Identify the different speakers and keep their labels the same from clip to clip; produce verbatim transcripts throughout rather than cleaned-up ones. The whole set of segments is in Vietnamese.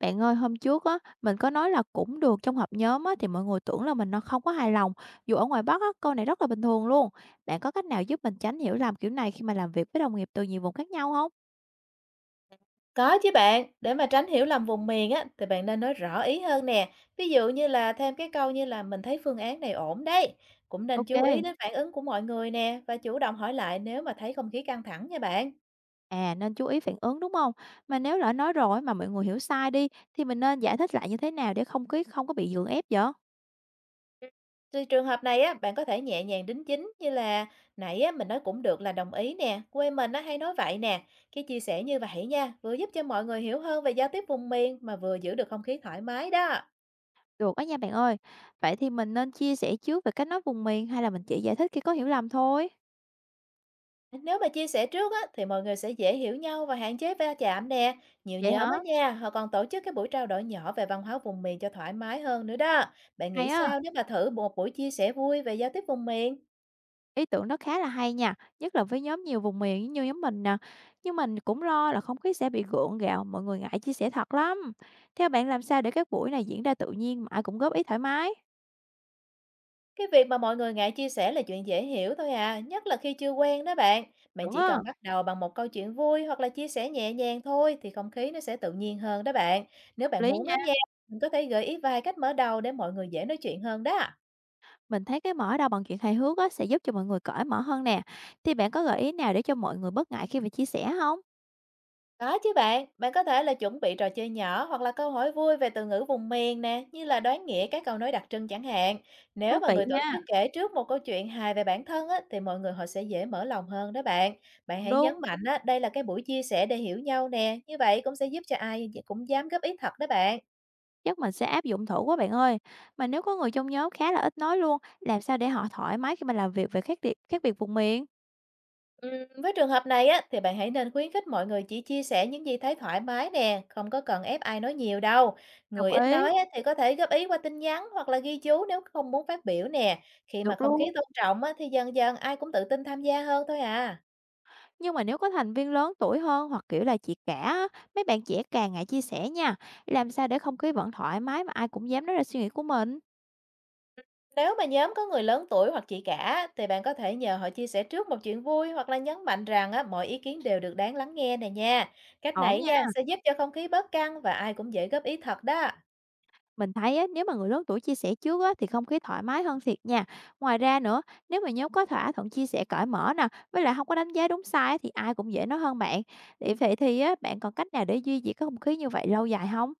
Speaker 1: Bạn ơi, hôm trước á, mình có nói là cũng được trong họp nhóm á, thì mọi người tưởng là mình nó không có hài lòng. Dù ở ngoài Bắc á, câu này rất là bình thường luôn. Bạn có cách nào giúp mình tránh hiểu lầm kiểu này khi mà làm việc với đồng nghiệp từ nhiều vùng khác nhau không?
Speaker 2: Có chứ bạn, để mà tránh hiểu lầm vùng miền á, thì bạn nên nói rõ ý hơn nè. Ví dụ như là thêm cái câu như là mình thấy phương án này ổn đấy. Cũng nên
Speaker 1: Ok,
Speaker 2: chú ý đến phản ứng của mọi người nè và chủ động hỏi lại nếu mà thấy không khí căng thẳng nha bạn.
Speaker 1: à, nên chú ý phản ứng đúng không? Mà nếu lỡ nói rồi mà mọi người hiểu sai đi, thì mình nên giải thích lại như thế nào để không khí không có bị gượng ép vậy?
Speaker 2: Thì trường hợp này á, bạn có thể nhẹ nhàng đính chính như là nãy á, mình nói cũng được là đồng ý nè, quê mình á, hay nói vậy nè. Cái chia sẻ như vậy nha, vừa giúp cho mọi người hiểu hơn về giao tiếp vùng miền mà vừa giữ được không khí thoải mái đó.
Speaker 1: Được đó nha bạn ơi. Vậy thì mình nên chia sẻ trước về cách nói vùng miền hay là mình chỉ giải thích khi có hiểu lầm thôi?
Speaker 2: Nếu mà chia sẻ trước á, thì mọi người sẽ dễ hiểu nhau và hạn chế va chạm nè. Nhiều
Speaker 1: Vậy
Speaker 2: nhóm
Speaker 1: hả?
Speaker 2: á nha, họ còn tổ chức cái buổi trao đổi nhỏ về văn hóa vùng miền cho thoải mái hơn nữa đó. Bạn nghĩ
Speaker 1: Hay á.
Speaker 2: sao nếu mà thử một buổi chia sẻ vui về giao tiếp vùng miền?
Speaker 1: Ý tưởng đó khá là hay nha, nhất là với nhóm nhiều vùng miền như nhóm mình nè. Nhưng mình cũng lo là không khí sẽ bị gượng gạo, mọi người ngại chia sẻ thật lắm. Theo bạn làm sao để các buổi này diễn ra tự nhiên mà ai cũng góp ý thoải mái?
Speaker 2: Cái việc mà mọi người ngại chia sẻ là chuyện dễ hiểu thôi à, nhất là khi chưa quen đó bạn. Bạn
Speaker 1: Đúng,
Speaker 2: chỉ
Speaker 1: á,
Speaker 2: cần
Speaker 1: hợp
Speaker 2: bắt đầu bằng một câu chuyện vui hoặc là chia sẻ nhẹ nhàng thôi, thì không khí nó sẽ tự nhiên hơn đó bạn. Nếu bạn
Speaker 1: lý
Speaker 2: muốn á
Speaker 1: nha.
Speaker 2: nha, mình có thể gợi ý vài cách mở đầu để mọi người dễ nói chuyện hơn đó.
Speaker 1: Mình thấy cái mở đầu bằng chuyện hài hước á, sẽ giúp cho mọi người cởi mở hơn nè. Thì bạn có gợi ý nào để cho mọi người bớt ngại khi mà chia sẻ không?
Speaker 2: Có chứ bạn, bạn có thể là chuẩn bị trò chơi nhỏ hoặc là câu hỏi vui về từ ngữ vùng miền nè, như là đoán nghĩa các câu nói đặc trưng chẳng hạn.
Speaker 1: Thú
Speaker 2: Nếu mà
Speaker 1: vị
Speaker 2: người tổ
Speaker 1: nha,
Speaker 2: chức kể trước một câu chuyện hài về bản thân á, thì mọi người họ sẽ dễ mở lòng hơn đó bạn. Bạn
Speaker 1: cũng
Speaker 2: hãy
Speaker 1: đúng.
Speaker 2: nhấn mạnh á, đây là cái buổi chia sẻ để hiểu nhau nè, như vậy cũng sẽ giúp cho ai cũng dám góp ý thật đó bạn.
Speaker 1: Chắc mình sẽ áp dụng thử quá bạn ơi. Mà nếu có người trong nhóm khá là ít nói luôn, làm sao để họ thoải mái khi mà làm việc về khác biệt, khác biệt vùng miền?
Speaker 2: Ừm, với trường hợp này á, thì bạn hãy nên khuyến khích mọi người chỉ chia sẻ những gì thấy thoải mái nè, không có cần ép ai nói nhiều đâu. Người
Speaker 1: Đồng
Speaker 2: ít
Speaker 1: ý,
Speaker 2: nói á, thì có thể góp ý qua tin nhắn hoặc là ghi chú nếu không muốn phát biểu nè. Khi mà
Speaker 1: được
Speaker 2: không khí
Speaker 1: luôn.
Speaker 2: tôn trọng á, thì dần dần ai cũng tự tin tham gia hơn thôi à.
Speaker 1: Nhưng mà nếu có thành viên lớn tuổi hơn hoặc kiểu là chị cả á, mấy bạn trẻ càng ngại chia sẻ nha. Làm sao để không khí vẫn thoải mái mà ai cũng dám nói ra suy nghĩ của mình?
Speaker 2: Nếu mà nhóm có người lớn tuổi hoặc chị cả, thì bạn có thể nhờ họ chia sẻ trước một chuyện vui hoặc là nhấn mạnh rằng á, mọi ý kiến đều được đáng lắng nghe nè nha. Cách
Speaker 1: Ổn
Speaker 2: này
Speaker 1: nha.
Speaker 2: nha, sẽ giúp cho không khí bớt căng và ai cũng dễ góp ý thật đó.
Speaker 1: Mình thấy á, nếu mà người lớn tuổi chia sẻ trước á, thì không khí thoải mái hơn thiệt nha. Ngoài ra nữa, nếu mà nhóm có thỏa thuận chia sẻ cởi mở nè, với lại không có đánh giá đúng sai á, thì ai cũng dễ nói hơn bạn. Thì vậy thì á, bạn còn cách nào để duy trì cái không khí như vậy lâu dài không?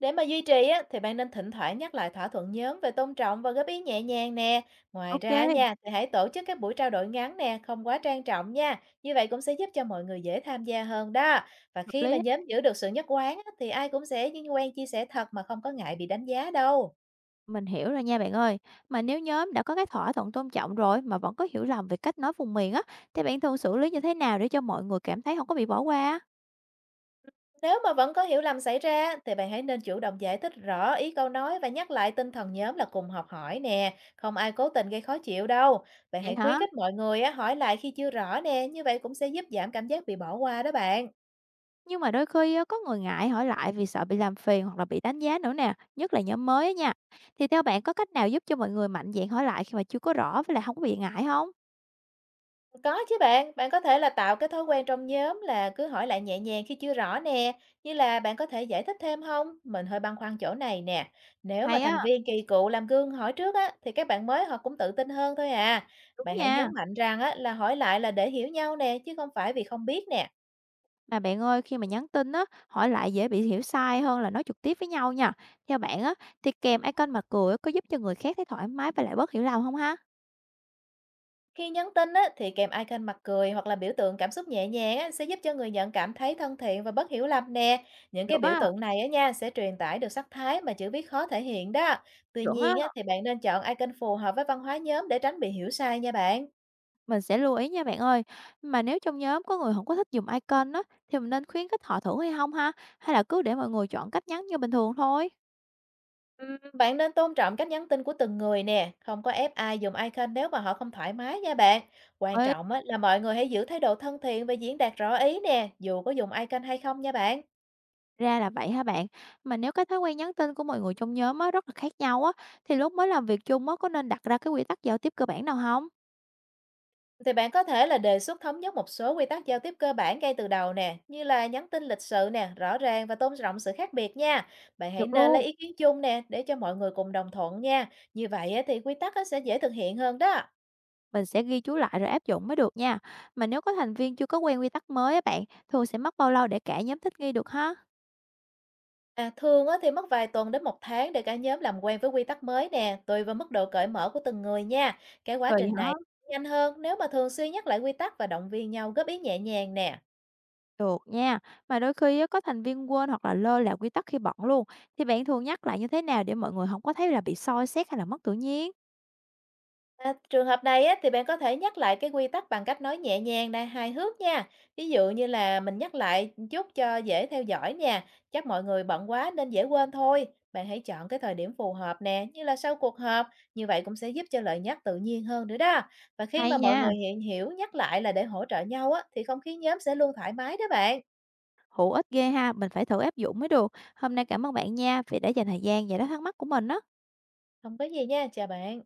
Speaker 2: Để mà duy trì á, thì bạn nên thỉnh thoảng nhắc lại thỏa thuận nhóm về tôn trọng và góp ý nhẹ nhàng nè. Ngoài
Speaker 1: Ok,
Speaker 2: ra nha, thì hãy tổ chức các buổi trao đổi ngắn nè, không quá trang trọng nha. Như vậy cũng sẽ giúp cho mọi người dễ tham gia hơn đó. Và
Speaker 1: hợp
Speaker 2: khi mà
Speaker 1: lý.
Speaker 2: nhóm giữ được sự nhất quán á, thì ai cũng sẽ quen chia sẻ thật mà không có ngại bị đánh giá đâu.
Speaker 1: Mình hiểu rồi nha bạn ơi. Mà nếu nhóm đã có cái thỏa thuận tôn trọng rồi mà vẫn có hiểu lầm về cách nói vùng miền á, thì bạn thường xử lý như thế nào để cho mọi người cảm thấy không có bị bỏ qua? Á?
Speaker 2: Nếu mà vẫn có hiểu lầm xảy ra, thì bạn hãy nên chủ động giải thích rõ ý câu nói và nhắc lại tinh thần nhóm là cùng học hỏi nè, không ai cố tình gây khó chịu đâu. Bạn
Speaker 1: Vậy
Speaker 2: hãy khuyến
Speaker 1: hả?
Speaker 2: khích mọi người á, hỏi lại khi chưa rõ nè, như vậy cũng sẽ giúp giảm cảm giác bị bỏ qua đó bạn.
Speaker 1: Nhưng mà đôi khi á, có người ngại hỏi lại vì sợ bị làm phiền hoặc là bị đánh giá nữa nè, nhất là nhóm mới á nha. Thì theo bạn có cách nào giúp cho mọi người mạnh dạn hỏi lại khi mà chưa có rõ với lại không có bị ngại không?
Speaker 2: Có chứ bạn, bạn có thể là tạo cái thói quen trong nhóm là cứ hỏi lại nhẹ nhàng khi chưa rõ nè, như là: bạn có thể giải thích thêm không? Mình hơi băn khoăn chỗ này nè. Nếu mà
Speaker 1: Hay
Speaker 2: thành
Speaker 1: á,
Speaker 2: viên kỳ cựu làm gương hỏi trước á, thì các bạn mới họ cũng tự tin hơn thôi à.
Speaker 1: đúng
Speaker 2: Bạn hãy
Speaker 1: nha.
Speaker 2: nhấn mạnh rằng á, là hỏi lại là để hiểu nhau nè, chứ không phải vì không biết nè.
Speaker 1: Mà bạn ơi, khi mà nhắn tin á, hỏi lại dễ bị hiểu sai hơn là nói trực tiếp với nhau nha. Theo bạn á, thì kèm icon mặt cười á, có giúp cho người khác thấy thoải mái và lại bớt hiểu lầm không ha?
Speaker 2: Khi nhắn tin á, thì kèm icon mặt cười hoặc là biểu tượng cảm xúc nhẹ nhàng á, sẽ giúp cho người nhận cảm thấy thân thiện và bớt hiểu lầm nè. Những cái
Speaker 1: Được
Speaker 2: biểu
Speaker 1: á,
Speaker 2: tượng này á nha, sẽ truyền tải được sắc thái mà chữ viết khó thể hiện đó. Tuy
Speaker 1: chuẩn á,
Speaker 2: nhiên á, thì bạn nên chọn icon phù hợp với văn hóa nhóm để tránh bị hiểu sai nha bạn.
Speaker 1: mình sẽ lưu ý nha bạn ơi. Mà nếu trong nhóm có người không có thích dùng icon á, thì mình nên khuyến khích họ thử hay không ha? Hay là cứ để mọi người chọn cách nhắn như bình thường thôi?
Speaker 2: Ừm, Bạn nên tôn trọng cách nhắn tin của từng người nè, không có ép ai dùng icon nếu mà họ không thoải mái nha bạn. Quan
Speaker 1: Ê,
Speaker 2: trọng á, là mọi người hãy giữ thái độ thân thiện và diễn đạt rõ ý nè, dù có dùng icon hay không nha bạn.
Speaker 1: ra là vậy hả bạn? Mà nếu cái thói quen nhắn tin của mọi người trong nhóm á, rất là khác nhau á, thì lúc mới làm việc chung á, có nên đặt ra cái quy tắc giao tiếp cơ bản nào không?
Speaker 2: Thì bạn có thể là đề xuất thống nhất một số quy tắc giao tiếp cơ bản ngay từ đầu nè, như là nhắn tin lịch sự nè, rõ ràng và tôn trọng sự khác biệt nha. Bạn hãy
Speaker 1: Được
Speaker 2: nên lấy
Speaker 1: luôn,
Speaker 2: ý kiến chung nè, để cho mọi người cùng đồng thuận nha. Như vậy á, thì quy tắc á, sẽ dễ thực hiện hơn đó.
Speaker 1: mình sẽ ghi chú lại rồi áp dụng mới được nha. Mà nếu có thành viên chưa có quen quy tắc mới á bạn, thường sẽ mất bao lâu để cả nhóm thích nghi được ha?
Speaker 2: À, thường á, thì mất vài tuần đến một tháng để cả nhóm làm quen với quy tắc mới nè, tùy vào mức độ cởi mở của từng người nha. Cái quá
Speaker 1: Tùy
Speaker 2: trình
Speaker 1: hả?
Speaker 2: này nhanh hơn nếu mà thường xuyên nhắc lại quy tắc và động viên nhau góp ý nhẹ nhàng nè.
Speaker 1: Được nha, mà đôi khi á, có thành viên quên hoặc là lơ là quy tắc khi bận luôn, thì bạn thường nhắc lại như thế nào để mọi người không có thấy là bị soi xét hay là mất tự nhiên?
Speaker 2: À, trường hợp này á, thì bạn có thể nhắc lại cái quy tắc bằng cách nói nhẹ nhàng nè, hài hước nha. Ví dụ như là: mình nhắc lại chút cho dễ theo dõi nha. Chắc mọi người bận quá nên dễ quên thôi. Bạn hãy chọn cái thời điểm phù hợp nè, như là sau cuộc họp. Như vậy cũng sẽ giúp cho lời nhắc tự nhiên hơn nữa đó. Và khi
Speaker 1: Hay
Speaker 2: mà mọi
Speaker 1: nha,
Speaker 2: người hiện hiểu nhắc lại là để hỗ trợ nhau á, thì không khí nhóm sẽ luôn thoải mái đó bạn.
Speaker 1: hữu ích ghê ha, mình phải thử áp dụng mới được. Hôm nay cảm ơn bạn nha, vì đã dành thời gian giải đáp thắc mắc của mình đó.
Speaker 2: Không có gì nha, chào bạn.